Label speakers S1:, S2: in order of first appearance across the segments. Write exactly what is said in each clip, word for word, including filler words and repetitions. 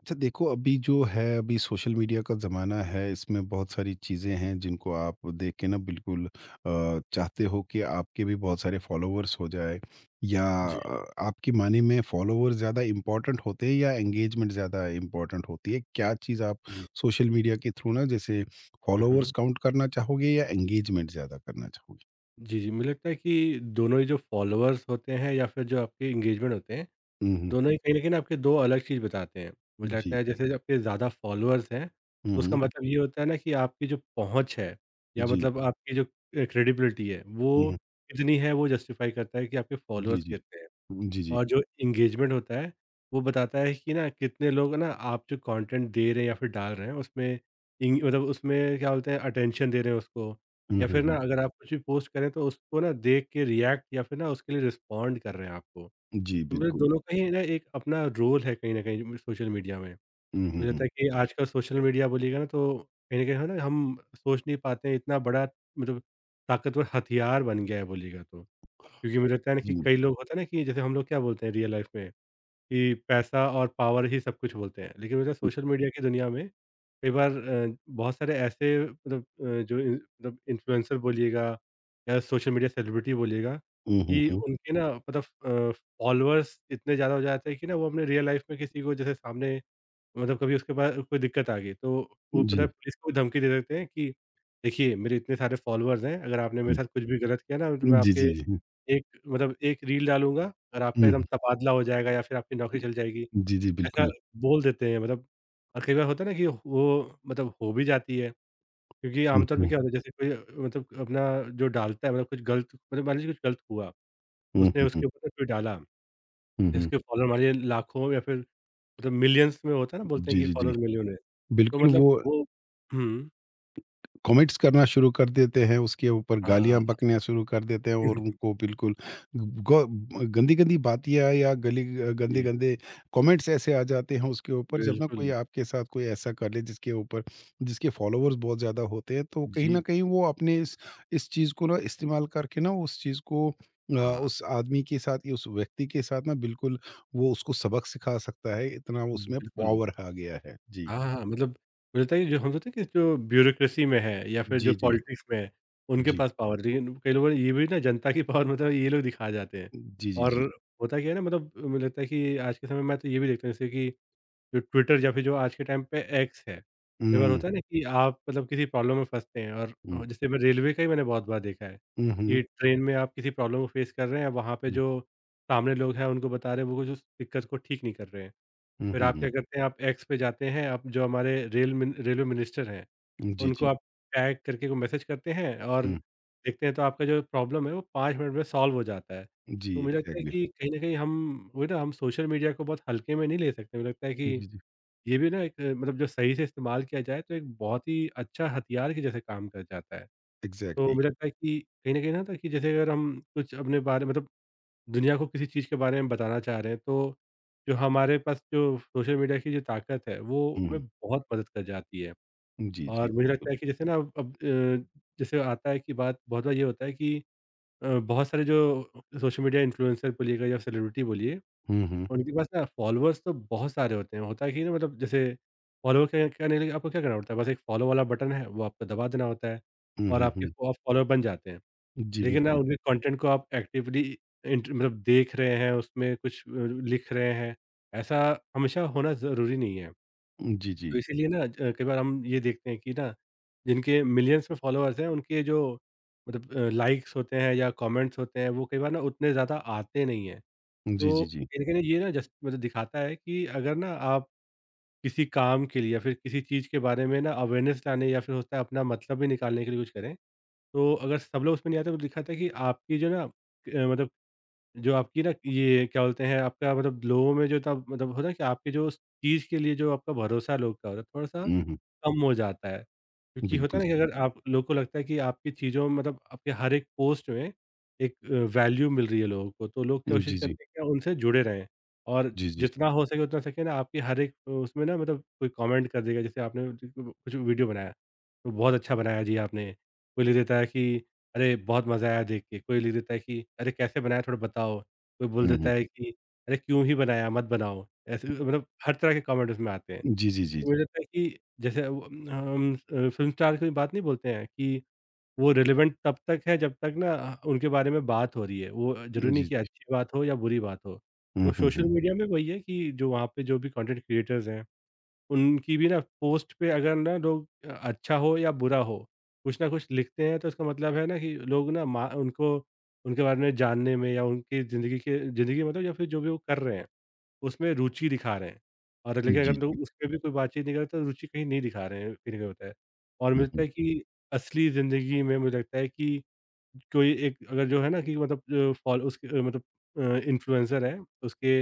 S1: अच्छा, देखो, अभी जो है अभी सोशल मीडिया का ज़माना है। इसमें बहुत सारी चीज़ें हैं जिनको आप देख के
S2: जी,
S1: ना बिल्कुल अ, चाहते हो कि आपके भी बहुत सारे फॉलोअर्स हो जाए या अ, आपकी माने में फॉलोअर्स ज़्यादा इम्पोर्टेंट होते हैं या एंगेजमेंट ज़्यादा इम्पोर्टेंट होती है? क्या चीज़ आप
S2: जी।
S1: सोशल मीडिया के थ्रू ना, जैसे
S2: हुँ,
S1: फॉलोअर्स
S2: हुँ।
S1: काउंट करना चाहोगे या एंगेजमेंट ज़्यादा करना चाहोगे?
S2: जी, जी, मुझे लगता है कि दोनों ही जो फ़ॉलोअर्स होते हैं या फिर जो आपके एंगेजमेंट होते हैं,
S1: हम्म हम्म,
S2: दोनों ही कहीं न कहीं ना आपके दो अलग चीज़ बताते हैं। मुझे लगता
S1: जी।
S2: है जैसे जो आपके ज़्यादा फ़ॉलोअर्स हैं,
S1: हम्म
S2: तो उसका
S1: हम्म,
S2: मतलब ये होता है ना कि आपकी जो पहुँच है, या
S1: जी।
S2: मतलब आपकी जो अ, क्रेडिबिलिटी है,
S1: हम्म
S2: वो
S1: हम्म,
S2: कितनी है वो जस्टिफ़ाई करता है कि आपके
S1: जी।
S2: फ़ॉलोअर्स
S1: जी।
S2: कितने हैं।
S1: जी। जी।
S2: और जो एंगेजमेंट होता है, वो बताता है कि ना कितने लोग ना आप जो कंटेंट दे रहे हैं या फिर डाल रहे हैं, उसमें इंग मतलब उसमें क्या बोलते हैं अटेंशन दे रहे हैं उसको,
S1: हम्म
S2: या
S1: हम्म
S2: फिर ना
S1: हम्म,
S2: हाँ। अगर आप कुछ भी पोस्ट करें तो उसको ना देख के रिएक्ट या फिर ना उसके लिए रिस्पॉन्ड कर रहे हैं आपको।
S1: जी।
S2: तो मुझे
S1: बिल्कुल।
S2: दोनों का ही ना एक अपना रोल है, कहीं न कहीं सोशल मीडिया में।
S1: हम्म हम्म
S2: मुझे
S1: हम्म,
S2: लगता है कि आजकल सोशल मीडिया बोलिएगा ना, तो कहीं न कहीं है ना, हम सोच नहीं पाते हैं, इतना बड़ा मतलब ताकतवर हथियार बन गया है बोलिएगा तो। क्योंकि मुझे लगता है ना कि
S1: जी।
S2: कई लोग होता है ना, कि जैसे हम लोग क्या बोलते हैं रियल लाइफ़ में कि पैसा और पावर ही सब कुछ बोलते हैं। लेकिन मतलब सोशल मीडिया की दुनिया में कई बार अ, बहुत सारे ऐसे, मतलब अ, जो इन मतलब इन्फ्लुएंसर बोलिएगा या सोशल मीडिया सेलिब्रिटी बोलिएगा,
S1: हुँ, हुँ,
S2: कि
S1: हुँ।
S2: उनके ना, मतलब अ, फॉलोअर्स इतने ज़्यादा हो जाते हैं कि ना वो अपने रियल लाइफ में किसी को जैसे सामने, मतलब कभी उसके पास कोई दिक्कत आ गई, तो वो पता है,
S1: जी,
S2: पुलिस को भी धमकी दे देते हैं कि देखिए, मेरे इतने सारे फॉलोअर्स हैं, अगर आपने मेरे
S1: हुँ।
S2: साथ कुछ भी गलत किया ना, तो मैं
S1: जी,
S2: आपके
S1: जी, जी।
S2: एक, मतलब एक रील डालूँगा और आपका
S1: हुँ,
S2: एकदम
S1: हुँ,
S2: तबादला हो जाएगा या फिर आपकी नौकरी चली जाएगी।
S1: जी, जी,
S2: ऐसा
S1: बिल्कुल।
S2: बोल देते हैं, मतलब। और कई बार होता है ना कि वो मतलब हो भी जाती है, क्योंकि
S1: हुँ,
S2: आमतौर पे
S1: हुँ,
S2: क्या होता है, जैसे कोई अ, मतलब अपना जो डालता है, मतलब कुछ गलत, मतलब मान लीजिए कुछ गलत हुआ, तो
S1: हुँ,
S2: उसने
S1: हुँ, हुँ,
S2: उसके ऊपर ना कोई डाला,
S1: हुँ, हुँ।
S2: जिसके फॉलोवर मान लीजिए लाखों या फिर मतलब मिलियंस में होता है, ना बोलते हैं
S1: जी,
S2: कि
S1: जी, जी।
S2: फॉलोवर मिलियन है, तो
S1: बिल्कुल,
S2: मतलब
S1: वो
S2: वो हुँ।
S1: कमेंट्स करना शुरू कर देते हैं, उसके ऊपर गालियाँ
S2: हाँ,
S1: बकना शुरू कर देते हैं, और
S2: हाँ, हाँ।
S1: उनको बिल्कुल ग गंदी-गंदी बातियाँ या गली
S2: जी,
S1: गंदे-गंदे कमेंट्स ऐसे आ जाते हैं उसके ऊपर। जब ना कोई
S2: बिल्कुल।
S1: आपके साथ कोई ऐसा कर ले जिसके ऊपर जिसके फॉलोवर्स बहुत ज़्यादा होते हैं, तो कहीं
S2: जी।
S1: न कहीं वो अपने इस इस चीज़ को ना इस्तेमाल करके ना उस चीज़ को अ,
S2: हाँ।
S1: उस आदमी के साथ या उस व्यक्ति के साथ ना बिल्कुल वो उसको सबक सिखा सकता है, इतना उसमें
S2: बिल्कुल।
S1: पावर आ गया है। जी।
S2: हाँ, हाँ, हाँ, मतलब मुझे लगता है कि जो हम सोचते हैं कि जो ब्यूरोक्रेसी में है या फिर जो
S1: जी, जी।
S2: पॉलिटिक्स में है, उनके
S1: जी।
S2: पास पावर, लेकिन कई लोगों ने ये भी ना जनता की पावर, मतलब ये लोग दिखा जाते हैं।
S1: जी, जी,
S2: और
S1: जी।
S2: होता क्या है ना, मतलब मुझे लगता है कि आज के समय में मैं तो ये भी देखता हूँ, जैसे कि जो ट्विटर या फिर जो आज के टाइम पे एक्स है, कई बार
S1: हुँ।
S2: होता है ना कि आप मतलब किसी प्रॉब्लम में फँसते हैं, और
S1: हुँ।
S2: अ, जैसे मैं रेलवे का ही मैंने बहुत बार देखा है,
S1: हुँ, हुँ,
S2: कि ट्रेन में आप किसी प्रॉब्लम को फ़ेस कर रहे हैं, वहाँ पे
S1: हुँ,
S2: जो सामने लोग हैं, उनको बता रहे हैं, वो कुछ उस दिक्कत को ठीक नहीं कर रहे हैं।
S1: हुँ,
S2: फिर
S1: हुँ,
S2: आप
S1: हुँ।
S2: क्या करते हैं, आप एक्स पे जाते हैं, आप जो हमारे रेल मिन रेलवे मिनिस्टर हैं,
S1: जी,
S2: उनको
S1: जी।
S2: आप टैग करके वो मैसेज करते हैं, और
S1: हुँ,
S2: देखते हैं तो आपका जो प्रॉब्लम है वो पाँच मिनट में सॉल्व हो जाता है।
S1: जी,
S2: तो मुझे लगता है
S1: एग्ज़ैक्टली।
S2: कि कहीं न कहीं हम वही ना हम सोशल मीडिया को बहुत हल्के में नहीं ले सकते। मुझे लगता है कि
S1: जी, जी,
S2: ये भी ना एक अ, मतलब जो सही से इस्तेमाल किया जाए तो एक बहुत ही अच्छा हथियार के जैसे काम कर जाता है। तो
S1: एग्ज़ैक्टली।
S2: मुझे लगता है कि कहीं न कहीं ना था कि जैसे अगर हम कुछ अपने बारे, मतलब दुनिया को किसी चीज़ के बारे में बताना चाह रहे हैं, तो जो हमारे पास जो सोशल मीडिया की जो ताकत है, वो
S1: हुँ,
S2: हमें बहुत मदद कर जाती है।
S1: जी, जी,
S2: और मुझे
S1: बिल्कुल।
S2: लगता है कि जैसे ना अब अब अ, जैसे आता है कि बात, बहुत बार ये होता है कि अ, बहुत सारे जो सोशल मीडिया इन्फ्लुएंसर बोलिएगा या सेलिब्रिटी बोलिए,
S1: हुँ, हुँ,
S2: उनके पास ना फॉलोअर्स तो बहुत सारे होते हैं। होता है कि ना मतलब जैसे फॉलो क करने के लिए आपको क्या करना पड़ता है? बस एक फॉलो वाला बटन है, वो आपको दबा देना होता है
S1: हुँ,
S2: और
S1: हुँ,
S2: आपके
S1: हुँ।
S2: आप फॉलोअर बन जाते हैं।
S1: जी,
S2: लेकिन ना
S1: बिल्कुल।
S2: उनके कंटेंट को आप एक्टिवली इंट मतलब देख रहे हैं, उसमें कुछ अ, लिख रहे हैं, ऐसा हमेशा होना ज़रूरी नहीं है।
S1: जी, जी।
S2: तो इसीलिए ना ज कई बार हम ये देखते हैं कि ना, जिनके मिलियंस में फॉलोअर्स हैं, उनके जो मतलब अ, लाइक्स होते हैं या कमेंट्स होते हैं, वो कई बार ना उतने ज़्यादा आते नहीं हैं।
S1: जी,
S2: तो
S1: जी, जी।
S2: कहीं न कहीं ये ना जस्ट मतलब दिखाता है कि अगर ना आप किसी काम के लिए या फिर किसी चीज़ के बारे में ना अवेयरनेस लाने, या फिर होता है अपना मतलब भी निकालने के लिए कुछ करें, तो अगर सब लोग उसमें नहीं आते तो दिखाता है कि आपकी जो ना अ, मतलब जो आपकी ना, ये क्या बोलते हैं, आपका मतलब लोगों में जो था, मतलब होता है कि आपके जो उस चीज़ के लिए जो आपका भरोसा लोग का होता है थोड़ा-सा
S1: हुँ, हुँ,
S2: कम हो जाता है। क्योंकि होता
S1: बिल्कुल
S2: है ना कि
S1: सही।
S2: अगर आप लोग को लगता है कि आपकी चीज़ों में, मतलब आपके हर एक पोस्ट में एक अ, वैल्यू मिल रही है लोगों को, तो लोग
S1: हम्म,
S2: कोशिश
S1: जी, जी,
S2: करते हैं कि उनसे जुड़े रहें। और
S1: जी, जी।
S2: जितना हो सके उतना सके ना आपकी हर एक उसमें ना, मतलब कोई कमेंट कर देगा, जैसे आपने कुछ वीडियो बनाया, तो बहुत अच्छा बनाया जी आपने। कोई लिख देता है कि अरे! बहुत मज़ा आया देख के। कोई लिख देता है कि अरे! कैसे बनाया, थोड़ा बताओ? कोई बोल
S1: हुँ, हुँ।
S2: देता है कि अरे! क्यों ही बनाया, मत बनाओ। ऐसे मतलब हर तरह के कमेंट उसमें आते हैं।
S1: जी, जी, जी, जी।
S2: मुझे लगता है कि जैसे वो, हम अ, फ़िल्म स्टार की बात नहीं बोलते हैं कि वो रिलेवेंट तब तक है जब तक ना उनके बारे में बात हो रही है। वो ज़रूरी नहीं
S1: जी,
S2: कि
S1: जी।
S2: अच्छी बात हो या बुरी बात हो।
S1: हुँ,
S2: तो
S1: हुँ,
S2: सोशल
S1: हुँ।
S2: मीडिया में वही है कि जो वहाँ पे जो भी कंटेंट क्रिएटर्स हैं, उनकी भी ना पोस्ट पे अगर ना लोग, अ, अच्छा हो या बुरा हो, कुछ ना कुछ लिखते हैं, तो इसका मतलब है ना कि लोग ना मा उनको, उनके बारे में जानने में या उनकी ज़िंदगी के, ज़िंदगी मतलब या फिर जो भी वो कर रहे हैं उसमें रुचि दिखा रहे हैं। और लेकिन
S1: जी,
S2: अगर
S1: जी।
S2: लोग उसमें भी कोई बातचीत नहीं करते तो रुचि कहीं नहीं दिखा रहे हैं, कहीं ना कहीं होता है। और मुझे
S1: हुँ,
S2: लगता
S1: हुँ।
S2: है कि असली ज़िंदगी में मुझे लगता है कि कोई एक, अगर जो है ना, कि मतलब जो फॉल उसके अ, मतलब इन्फ्लुएंसर है, उसके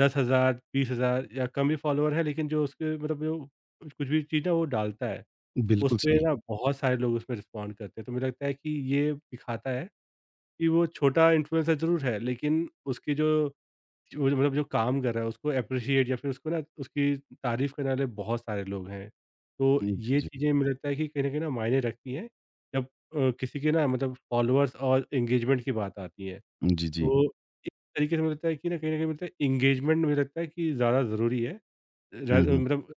S2: दस हज़ार बीस हज़ार या कम ही फॉलोअर है, लेकिन जो उसके मतलब जो कुछ कुछ भी चीज़ ना वो डालता है उस
S1: बिल्कुल
S2: पे
S1: सही।
S2: हम्म, ना बहुत सारे लोग उसमें रिस्पॉन्ड करते हैं, तो मुझे लगता है कि ये दिखाता है कि वो छोटा इन्फ्लुएंसर जरूर है, लेकिन उसकी जो वो जो, मतलब जो काम कर रहा है, उसको एप्रिशिएट या फिर उसको ना उसकी तारीफ करने वाले बहुत सारे लोग हैं। तो
S1: हुँ, जी,
S2: ये
S1: जी।
S2: चीज़ें मुझे लगता है कि कहीं न कहीं ना मायने रखती हैं जब अ, किसी के ना, मतलब फॉलोअर्स और एंगेजमेंट की बात आती है।
S1: जी, जी।
S2: तो एक तरीके से मुझे लगता है कि ना, कहीं न कहीं मुझे लगता है एंगेजमेंट मुझे लगता है कि ज़्यादा ज़रूरी है।
S1: हुँ,
S2: र
S1: हुँ।
S2: मतलब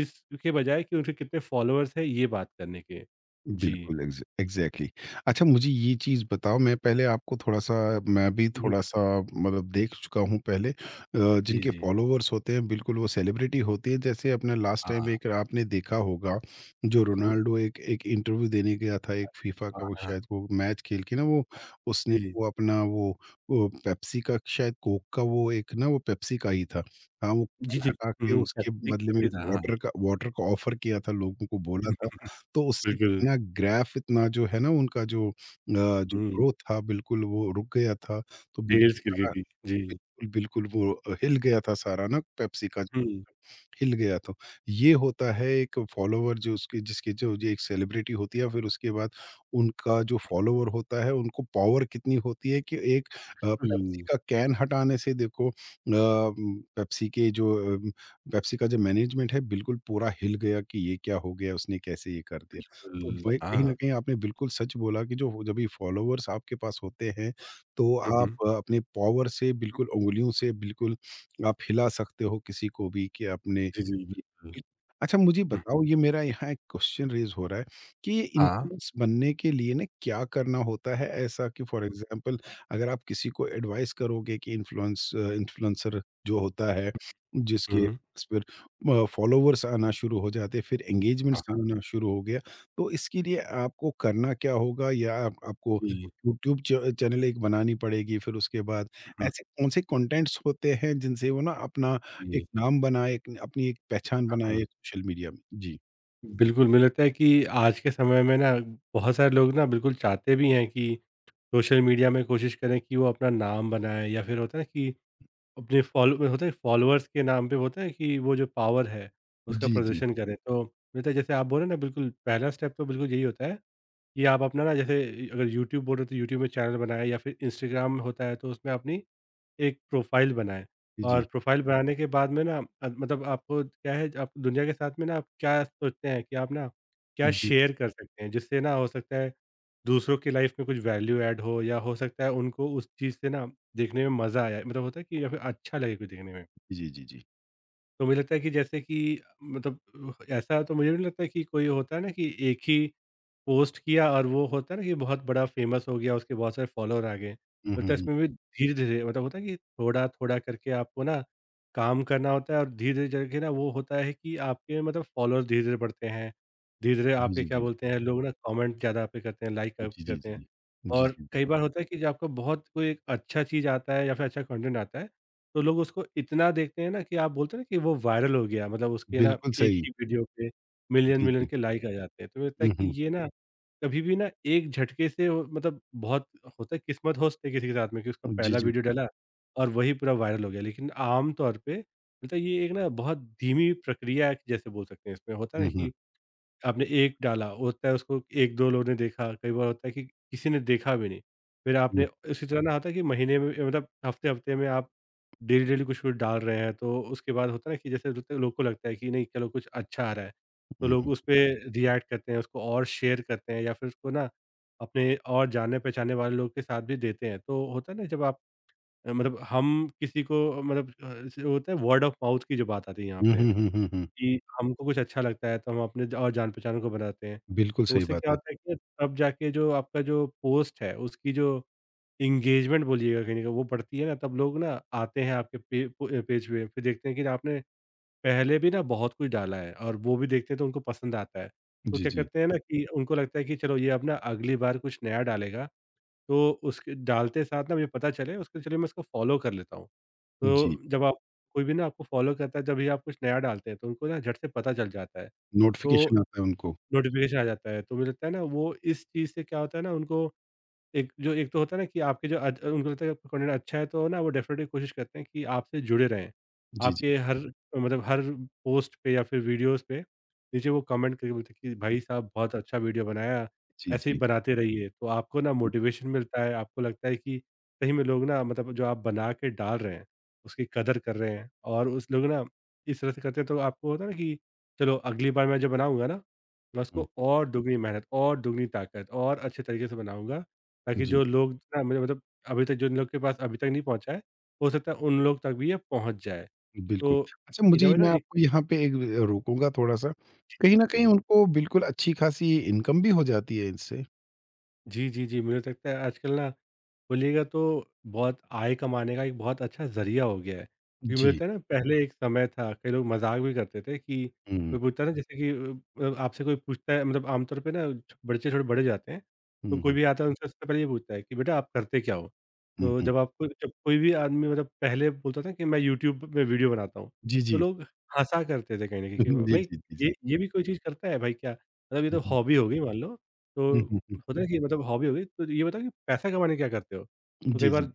S2: इसके बजाय कि उनके कितने फॉलोअर्स हैं ये बात करने के। जी।
S1: बिल्कुल, एग्ज़ एग्ज़ैक्टली। अच्छा, मुझे ये चीज़ बताओ। मैं पहले आपको थोड़ा-सा मैं भी
S2: हुँ, हुँ।
S1: थोड़ा-सा मतलब देख चुका हूँ पहले, अ,
S2: जी,
S1: जिनके
S2: जी।
S1: फ़ॉलोवर्स होते हैं बिल्कुल वो सेलिब्रिटी होती है। जैसे अपना लास्ट
S2: हाँ।
S1: टाइम एक आपने देखा होगा, जो
S2: हुँ, हुँ।
S1: रोनाल्डो एक एक इंटरव्यू देने गया था एक फीफा का,
S2: वाह!
S1: वो
S2: हाँ।
S1: शायद वो मैच खेल के ना वो उसने
S2: जी, जी।
S1: वो अपना वो वो पेप्सी का, शायद कोक का, वो एक ना वो पेप्सी का ही था। हाँ, वो
S2: जी, जी।
S1: हटा
S2: हुँ,
S1: के
S2: हुँ।
S1: उसके बदले में
S2: हाँ। हाँ।
S1: वाटर का वाटर का ऑफ़र किया था, लोगों को बोला था। तो उससे
S2: बिल्कुल।
S1: कितना ग्राफ इतना जो है ना, उनका जो अ, जो
S2: हुँ,
S1: ग्रोथ था बिल्कुल वो रुक गया था। तो बिल्कुल
S2: तेज़
S1: सारा,
S2: गिरगिटी, जी।
S1: बिल्कुल वो हिल गया था सारा ना, पेप्सी का
S2: हुँ,
S1: हिल गया था। ये होता है एक फॉलोवर जो उसकी जिसकी जो ये एक सेलिब्रिटी होती है, फिर उसके बाद उनका जो फॉलोवर होता है, उनको पावर कितनी होती है कि एक अ, पेप्सी
S2: बिल्कुल,
S1: का कैन हटाने से देखो, अ, म, पेप्सी के जो अ, पेप्सी का जो मैनेजमेंट है बिल्कुल पूरा हिल गया कि ये क्या हो गया, उसने कैसे ये कर दिया। तो वही कहीं
S2: हाँ।
S1: न कहीं आपने बिल्कुल सच बोला कि जो जब ये फॉलोवर्स आपके पास होते हैं, तो
S2: हुँ, हुँ।
S1: आप अ, अपने पावर से बिल्कुल, उँगलियों से बिल्कुल आप हिला सकते हो किसी को भी कि आपने।
S2: जी, जी, बिल्कुल।
S1: अच्छा, मुझे
S2: हुँ।
S1: बताओ, ये मेरा यहाँ एक क्वेश्चन रेज हो रहा है कि ये
S2: हाँ।
S1: इन्फ्लुएंस बनने के लिए ना क्या करना होता है, ऐसा कि फॉर एग्जांपल, अगर आप किसी को एडवाइस करोगे कि इन्फ्लुएंस इन्फ्लुएंसर जो होता है,
S2: हुँ,
S1: जिसके
S2: हुँ।
S1: पास फिर फॉलोवर्स आना शुरू हो जाते, फिर एंगेजमेंट्स
S2: हाँ, हाँ।
S1: आना शुरू हो गया, तो इसके लिए आपको करना क्या होगा? या आप, आपको
S2: जी,
S1: यूट्यूब चैनल एक बनानी पड़ेगी? फिर उसके बाद
S2: हुँ,
S1: ऐसे कौन से कंटेंट्स होते हैं जिनसे वो ना अपना एक
S2: जी,
S1: नाम बनाए, एक अपनी एक पहचान
S2: हुँ।
S1: बनाए सोशल मीडिया में? जी।
S2: बिल्कुल, मुझे लगता है कि आज के समय में ना बहुत सारे लोग ना बिल्कुल चाहते भी हैं कि सोशल मीडिया में कोशिश करें कि वो अपना नाम बनाएँ या फिर होता है ना कि अपने फॉलो होता है फॉलोअर्स के नाम पे होता है कि वो जो पावर है, उसका
S1: जी, जी।
S2: प्रदर्शन करें। तो मुझे लगता है जैसे आप बोल रहे हैं ना बिल्कुल पहला स्टेप तो बिल्कुल यही होता है। ये आप अपना ना जैसे अगर यूट्यूब बोल रहे हो तो यूट्यूब में चैनल बनाएँ या फिर इंस्टाग्राम होता है तो उसमें अपनी एक प्रोफ़ाइल बनाएँ।
S1: जी,
S2: और
S1: जी।
S2: प्रोफ़ाइल बनाने के बाद में ना अ, मतलब आपको क्या है, आप दुनिया के साथ में ना आप क्या सोचते हैं कि आप ना क्या शेयर कर सकते हैं जिससे ना हो सकता है दूसरों की लाइफ़ में कुछ वैल्यू ऐड हो या हो सकता है उनको उस चीज़ से ना देखने में मज़ा आया मतलब होता है कि, या फिर अच्छा लगे कुछ देखने में।
S1: जी, जी, जी, जी।
S2: तो मुझे लगता है कि जैसे कि मतलब ऐसा तो मुझे भी नहीं लगता है कि कोई होता है ना कि एक ही पोस्ट किया और वो होता है ना कि बहुत बड़ा फ़ेमस हो गया, उसके बहुत सारे फ़ॉलोवर आ गए।
S1: हुँ, हुँ,
S2: मतलब
S1: हुँ।
S2: इसमें भी धीरे-धीरे मतलब होता है कि थोड़ा-थोड़ा करके आपको ना काम करना होता है और धीरे-धीरे करके ना वो होता है कि आपके मतलब फ़ॉलोवर धीरे-धीरे बढ़ते हैं। धीरे-धीरे
S1: जी,
S2: आपके
S1: जी,
S2: क्या
S1: जी।
S2: बोलते हैं लोग ना, कमेंट ज़्यादा आप पे करते हैं, लाइक आप
S1: जी,
S2: पे
S1: जी,
S2: करते
S1: जी,
S2: हैं।
S1: जी। जी,
S2: और
S1: जी, जी।
S2: कई बार होता है कि जब आपको बहुत कोई एक अच्छा चीज़ आता है या फिर अच्छा कंटेंट आता है, तो लोग उसको इतना देखते हैं ना कि आप बोलते हैं ना कि वो वायरल हो गया, मतलब उसके ना
S1: बिल्कुल
S2: एक
S1: सही।
S2: ही वीडियो पे
S1: जी,
S2: मिलियन-मिलियन
S1: जी।
S2: के लाइक आ जाते हैं। तो मुझे लगता है
S1: हुँ,
S2: कि
S1: हुँ।
S2: ये ना कभी भी ना एक झटके से वो, मतलब बहुत होता है, किस्मत हो सकती है किसी के साथ में कि उसका
S1: जी,
S2: पहला
S1: जी,
S2: वीडियो
S1: जी।
S2: डाला और वही पूरा वायरल हो गया। लेकिन आम तौर पे मतलब ये एक ना बहुत धीमी प्रक्रिया है, जैसे बोल सकते हैं इसमें होता है ना
S1: हुँ,
S2: कि
S1: हुँ।
S2: आपने एक डाला, होता है उसको एक दो लोगों ने देखा, कई बार होता है कि किसी ने देखा भी नहीं। फिर
S1: हुँ,
S2: आपने उसी तरह ना होता है कि महीने में मतलब हफ्ते-हफ्ते में आप डेली-डेली कुछ कुछ डाल रहे हैं, तो उसके बाद होता है ना कि जैसे होता है, लोग को लगता है कि नहीं चलो कुछ अच्छा आ रहा है, तो
S1: हुँ,
S2: लोग
S1: हुँ।
S2: उस पे रिएक्ट करते हैं, उसको और शेयर करते हैं या फिर उसको ना अपने और जाने-पहचाने वाले लोग के साथ भी देते हैं। तो होता है ना जब आप अ, मतलब हम किसी को अ, मतलब अ, होता है वर्ड ऑफ माउथ की जो बात आती है यहाँ
S1: हुँ,
S2: पे।
S1: हुँ, हुँ, हुँ, हुँ।
S2: कि हमको कुछ अच्छा लगता है तो हम अपने और जान-पहचान को बनाते हैं।
S1: बिल्कुल
S2: तो
S1: सही
S2: उससे
S1: बात
S2: क्या
S1: है।
S2: होता है कि तब जाके जो आपका जो पोस्ट है उसकी जो एंगेजमेंट बोलिएगा कहीं न कहीं वो बढ़ती है, ना तब लोग ना आते हैं आपके पे पो अ, पेज पे, फिर देखते हैं कि आपने पहले भी ना बहुत कुछ डाला है और वो भी देखते हैं तो उनको पसंद आता है। तो
S1: जी,
S2: क्या
S1: जी।
S2: करते हैं ना कि उनको लगता है कि चलो ये अब ना अगली बार कुछ नया डालेगा तो उसके डालते साथ ना मुझे पता चले, उसके चलिए मैं इसको फ़ॉलो कर लेता हूँ।
S1: जी।
S2: तो जब आप कोई भी ना आपको फ़ॉलो करता है, जब भी आप कुछ नया डालते हैं तो उनको ना झट से पता चल जाता है। तो
S1: नोटिफ़िकेशन आता है उनको।
S2: नोटिफ़िकेशन आ जाता है, तो मुझे लगता है ना वो इस चीज़ से क्या होता है ना, उनको एक जो एक तो होता है ना कि आपके जो अच उनको लगता है कि आपका कंटेंट अच्छा है, तो ना वो डेफ़िनेटली कोशिश करते हैं कि आपसे जुड़े रहें।
S1: जी, जी।
S2: आपके हर मतलब हर पोस्ट पे या फिर वीडियोज़ पे नीचे वो कमेंट करके बोलते हैं कि भाई साहब बहुत अच्छा वीडियो बनाया,
S1: जी,
S2: ऐसे ही
S1: जी।
S2: बनाते रहिए। तो आपको ना मोटिवेशन मिलता है, आपको लगता है कि सही में लोग ना मतलब जो आप बना के डाल रहे हैं, उसकी कदर कर रहे हैं और उस लोग ना इस तरह से करते हैं तो आपको होता है ना कि चलो अगली बार मैं जो बनाऊँगा ना, मैं
S1: हुँ।
S2: उसको और दुगनी मेहनत और दुगनी ताकत और अच्छे तरीके से बनाऊँगा, ताकि
S1: जी।
S2: जो लोग ना मुझे मतलब अभी तक जिन लोग के पास अभी तक नहीं पहुँचा है, हो सकता है उन लोग तक भी ये पहुँच जाए।
S1: बिल्कुल।
S2: तो
S1: अच्छा, मुझे
S2: इधर ना
S1: मैं
S2: एक।
S1: आपको यहाँ पे एक अ, रोकूँगा थोड़ा-सा।
S2: जी, जी,
S1: कहीं न कहीं
S2: बताइए?
S1: उनको बिल्कुल अच्छी-खासी इनकम भी हो जाती है इनसे।
S2: जी, जी, जी। मुझे तो लगता है आजकल ना बोलिएगा तो बहुत आय कमाने का एक बहुत अच्छा ज़रिया हो गया है। क्योंकि मुझे
S1: जी।
S2: लगता है ना पहले एक समय था कई लोग मज़ाक भी करते थे कि,
S1: हुँ,
S2: कोई पूछता है ना जैसे कि अ अ, आपसे कोई पूछता है मतलब आमतौर पे ना छ बच्चे थोड़े बड़े जाते हैं, तो
S1: हुँ,
S2: कोई
S1: हुँ,
S2: भी आता है उनसे, सबसे पहले ये पूछता है कि बेटा आप करते क्या हो?
S1: हुँ,
S2: तो
S1: हुँ।
S2: जब आपको जब कोई भी आदमी मतलब पहले बोलता था कि मैं यूट्यूब में वीडियो बनाता हूँ,
S1: जी,
S2: तो
S1: जी।
S2: लोग हँसा करते थे कहीं न कहीं कि
S1: हम्म, जी,
S2: भई
S1: जी, जी, जी।
S2: ये ये भी कोई चीज़ करता है भाई क्या? मतलब ये
S1: हुँ,
S2: तो
S1: हुँ।
S2: हॉबी हो गई मान लो। तो
S1: हुँ, हुँ, हुँ।
S2: होता है कि मतलब हॉबी हो गई, तो ये बताओ कि पैसा कमाने क्या करते हो? तो कई
S1: जी, जी।
S2: बार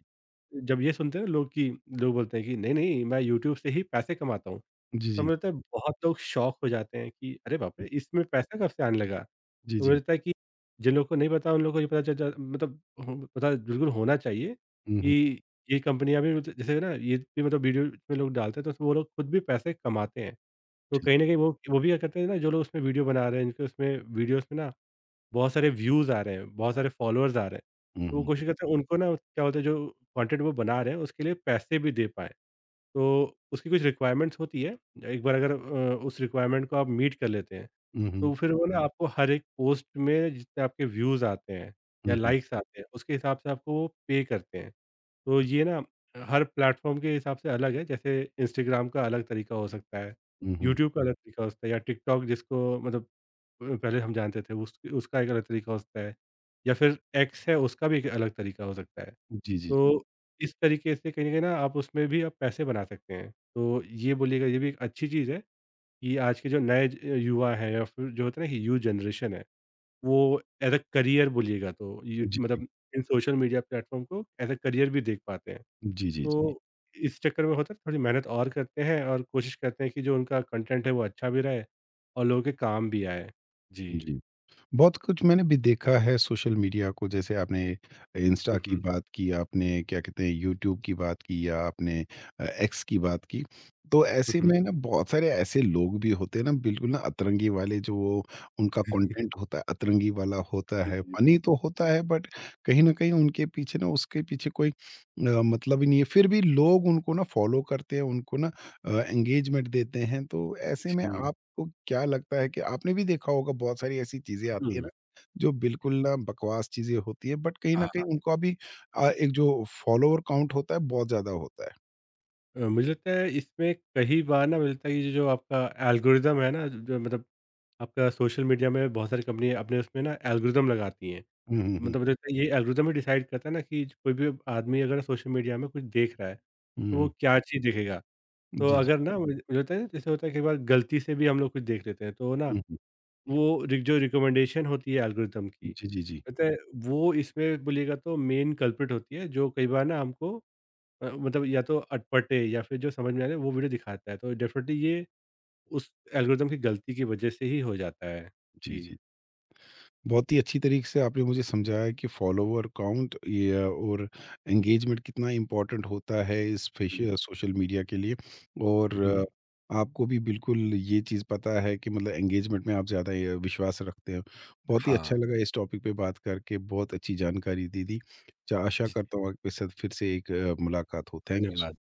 S2: जब ये सुनते हैं ना लोग कि, लोग बोलते हैं कि नहीं, नहीं मैं यूट्यूब से ही पैसे कमाता हूँ।
S1: जी,
S2: तो
S1: जी।
S2: मुझे लगता है बहुत लोग शॉक हो जाते हैं कि अरे बाप रे! इसमें पैसा कब से आने लगा?
S1: जी,
S2: तो मुझे
S1: जी।
S2: लगता है कि जिन लोगों को नहीं पता, उन लोगों को ये पता चल जा मतलब हो, पता बिल्कुल होना चाहिए
S1: हुँ, हुँ।
S2: कि ये कंपनियाँ भी मतलब जैसे ना ये भी मतलब वीडियो में लोग डालते हैं तो उसमें वो लोग खुद भी पैसे कमाते हैं। तो
S1: जी,
S2: कहीं न कहीं वो वो भी क्या करते हैं ना, जो लोग उसमें वीडियो बना रहे हैं, इनके उसमें वीडियोज़ में ना बहुत सारे व्यूज़ आ रहे हैं, बहुत सारे फ़ॉलोअर्स आ रहे हैं,
S1: हुँ,
S2: तो वो
S1: हुँ।
S2: कोशिश करते हैं उनको ना क्या बोलते हैं, जो कंटेंट वो बना रहे हैं उसके लिए पैसे भी दे पाएँ। तो उसकी कुछ रिक्वायरमेंट्स होती है, एक बार अगर अ, उस रिक्वायरमेंट को आप मीट कर लेते हैं,
S1: हुँ, हुँ।
S2: तो फिर वो ना हुँ। आपको हर एक पोस्ट में जितने आपके व्यूज़ आते हैं या
S1: हुँ, हुँ।
S2: लाइक्स आते हैं, उसके हिसाब से आपको वो पे करते हैं। तो ये ना हर प्लेटफ़ॉर्म के हिसाब से अलग है, जैसे इंस्टाग्राम का अलग तरीका हो सकता है,
S1: हुँ, हुँ।
S2: यूट्यूब का अलग तरीका हो सकता है, या टिकटॉक जिसको मतलब अ, पहले हम जानते थे, उस उसका एक अलग तरीका हो सकता है या फिर एक्स है, उसका भी एक अलग तरीका हो सकता है।
S1: जी, जी, जी।
S2: तो इस तरीके से कहीं न कहीं ना आप उसमें भी आप पैसे बना सकते हैं। तो ये बोलिएगा ये भी एक अच्छी चीज़ है कि आज के जो नए ज युवा हैं या फिर जो होता है ना कि यूथ जनरेशन है, वो एज़ अ करियर बोलिएगा तो यूट
S1: जी, जी।
S2: मतलब इन सोशल मीडिया प्लेटफ़ॉर्म को एज़ अ करियर भी देख पाते हैं।
S1: जी, जी, जी।
S2: तो इस चक्कर में होता है थोड़ी मेहनत और करते हैं और कोशिश करते हैं कि जो उनका कंटेंट है वो अच्छा भी रहे और लोगों के काम भी आए। जी।
S1: जी। बहुत कुछ मैंने भी देखा है सोशल मीडिया को। जैसे आपने इंस्टा
S2: हुँ,
S1: की
S2: हुँ।
S1: बात की, आपने क्या कहते हैं, यूट्यूब की बात की, या आपने अ, एक्स की बात की। तो
S2: हुँ,
S1: ऐसे
S2: हुँ।
S1: में ना बहुत सारे ऐसे लोग भी होते हैं ना बिल्कुल ना अतरंगी वाले, जो वो उनका कंटेंट होता है अतरंगी वाला, होता
S2: जी,
S1: है
S2: जी, जी,
S1: फनी तो होता है, बट कहीं ना कहीं उनके पीछे ना उसके पीछे कोई अ, मतलब ही नहीं है, फिर भी लोग उनको ना फॉलो करते हैं, उनको ना एंगेजमेंट देते हैं। तो ऐसे में
S2: जी।
S1: आप को क्या लगता है कि आपने भी देखा होगा बहुत सारी ऐसी चीज़ें आती है ना,
S2: हुँ,
S1: जो बिल्कुल ना बकवास चीज़ें होती है, बट कहीं न कहीं
S2: हाँ।
S1: उनका भी अ, एक जो फॉलोवर काउंट होता है बहुत ज़्यादा होता है।
S2: अ, मुझे लगता है इसमें कई बार ना, मुझे लगता है ये जो आपका एल्गोरिदम है ना, जो जो मतलब आपका सोशल मीडिया में बहुत सारी कंपनियाँ अपने उसमें ना एल्गोरिदम लगाती हैं।
S1: हुँ, हुँ, हुँ।
S2: मतलब मुझे लगता है ये एल्गोरिदम ही डिसाइड करता है ना कि कोई भी आदमी अगर सोशल मीडिया में कुछ देख रहा है,
S1: हुँ,
S2: तो वो
S1: हुँ।
S2: क्या चीज़ देखेगा। तो
S1: जी, जी।
S2: अगर ना मुझे मुझे लगता है ना, जैसे होता है कई बार गलती से भी हम लोग कुछ देख लेते हैं, तो ना
S1: हुँ, हुँ।
S2: वो रि जो रिकमेंडेशन होती है एल्गोरिदम की,
S1: जी, जी, जी।
S2: पता है वो इसमें बोलिएगा तो मेन कल्प्रिट होती है, जो कई बार ना हमको अ, मतलब या तो अटपटे या फिर जो समझ में आ रहा है वो वीडियो दिखाता है, तो डेफ़िनेटली ये उस एल्गोरिदम की गलती की वज़ह से ही हो जाता है।
S1: जी,
S2: जी।
S1: जी। बहुत ही अच्छी तरीके से आपने मुझे समझाया कि फॉलोवर काउंट ये अ, और एंगेजमेंट कितना इम्पोर्टेंट होता है इस
S2: जी।
S1: सोशल मीडिया के लिए,
S2: हुँ,
S1: और
S2: हुँ।
S1: अ, आपको भी बिल्कुल ये चीज़ पता है कि मतलब एंगेजमेंट में आप ज़्यादा ये विश्वास रखते हैं। बहुत ही अच्छा
S2: हाँ,
S1: लगा इस टॉपिक पे बात करके, बहुत अच्छी जानकारी दे दी। चा आशा
S2: जी, जी।
S1: करता हूँ आपके साथ फिर से एक अ, मुलाकात हो। Thank you.
S2: धन्यवाद।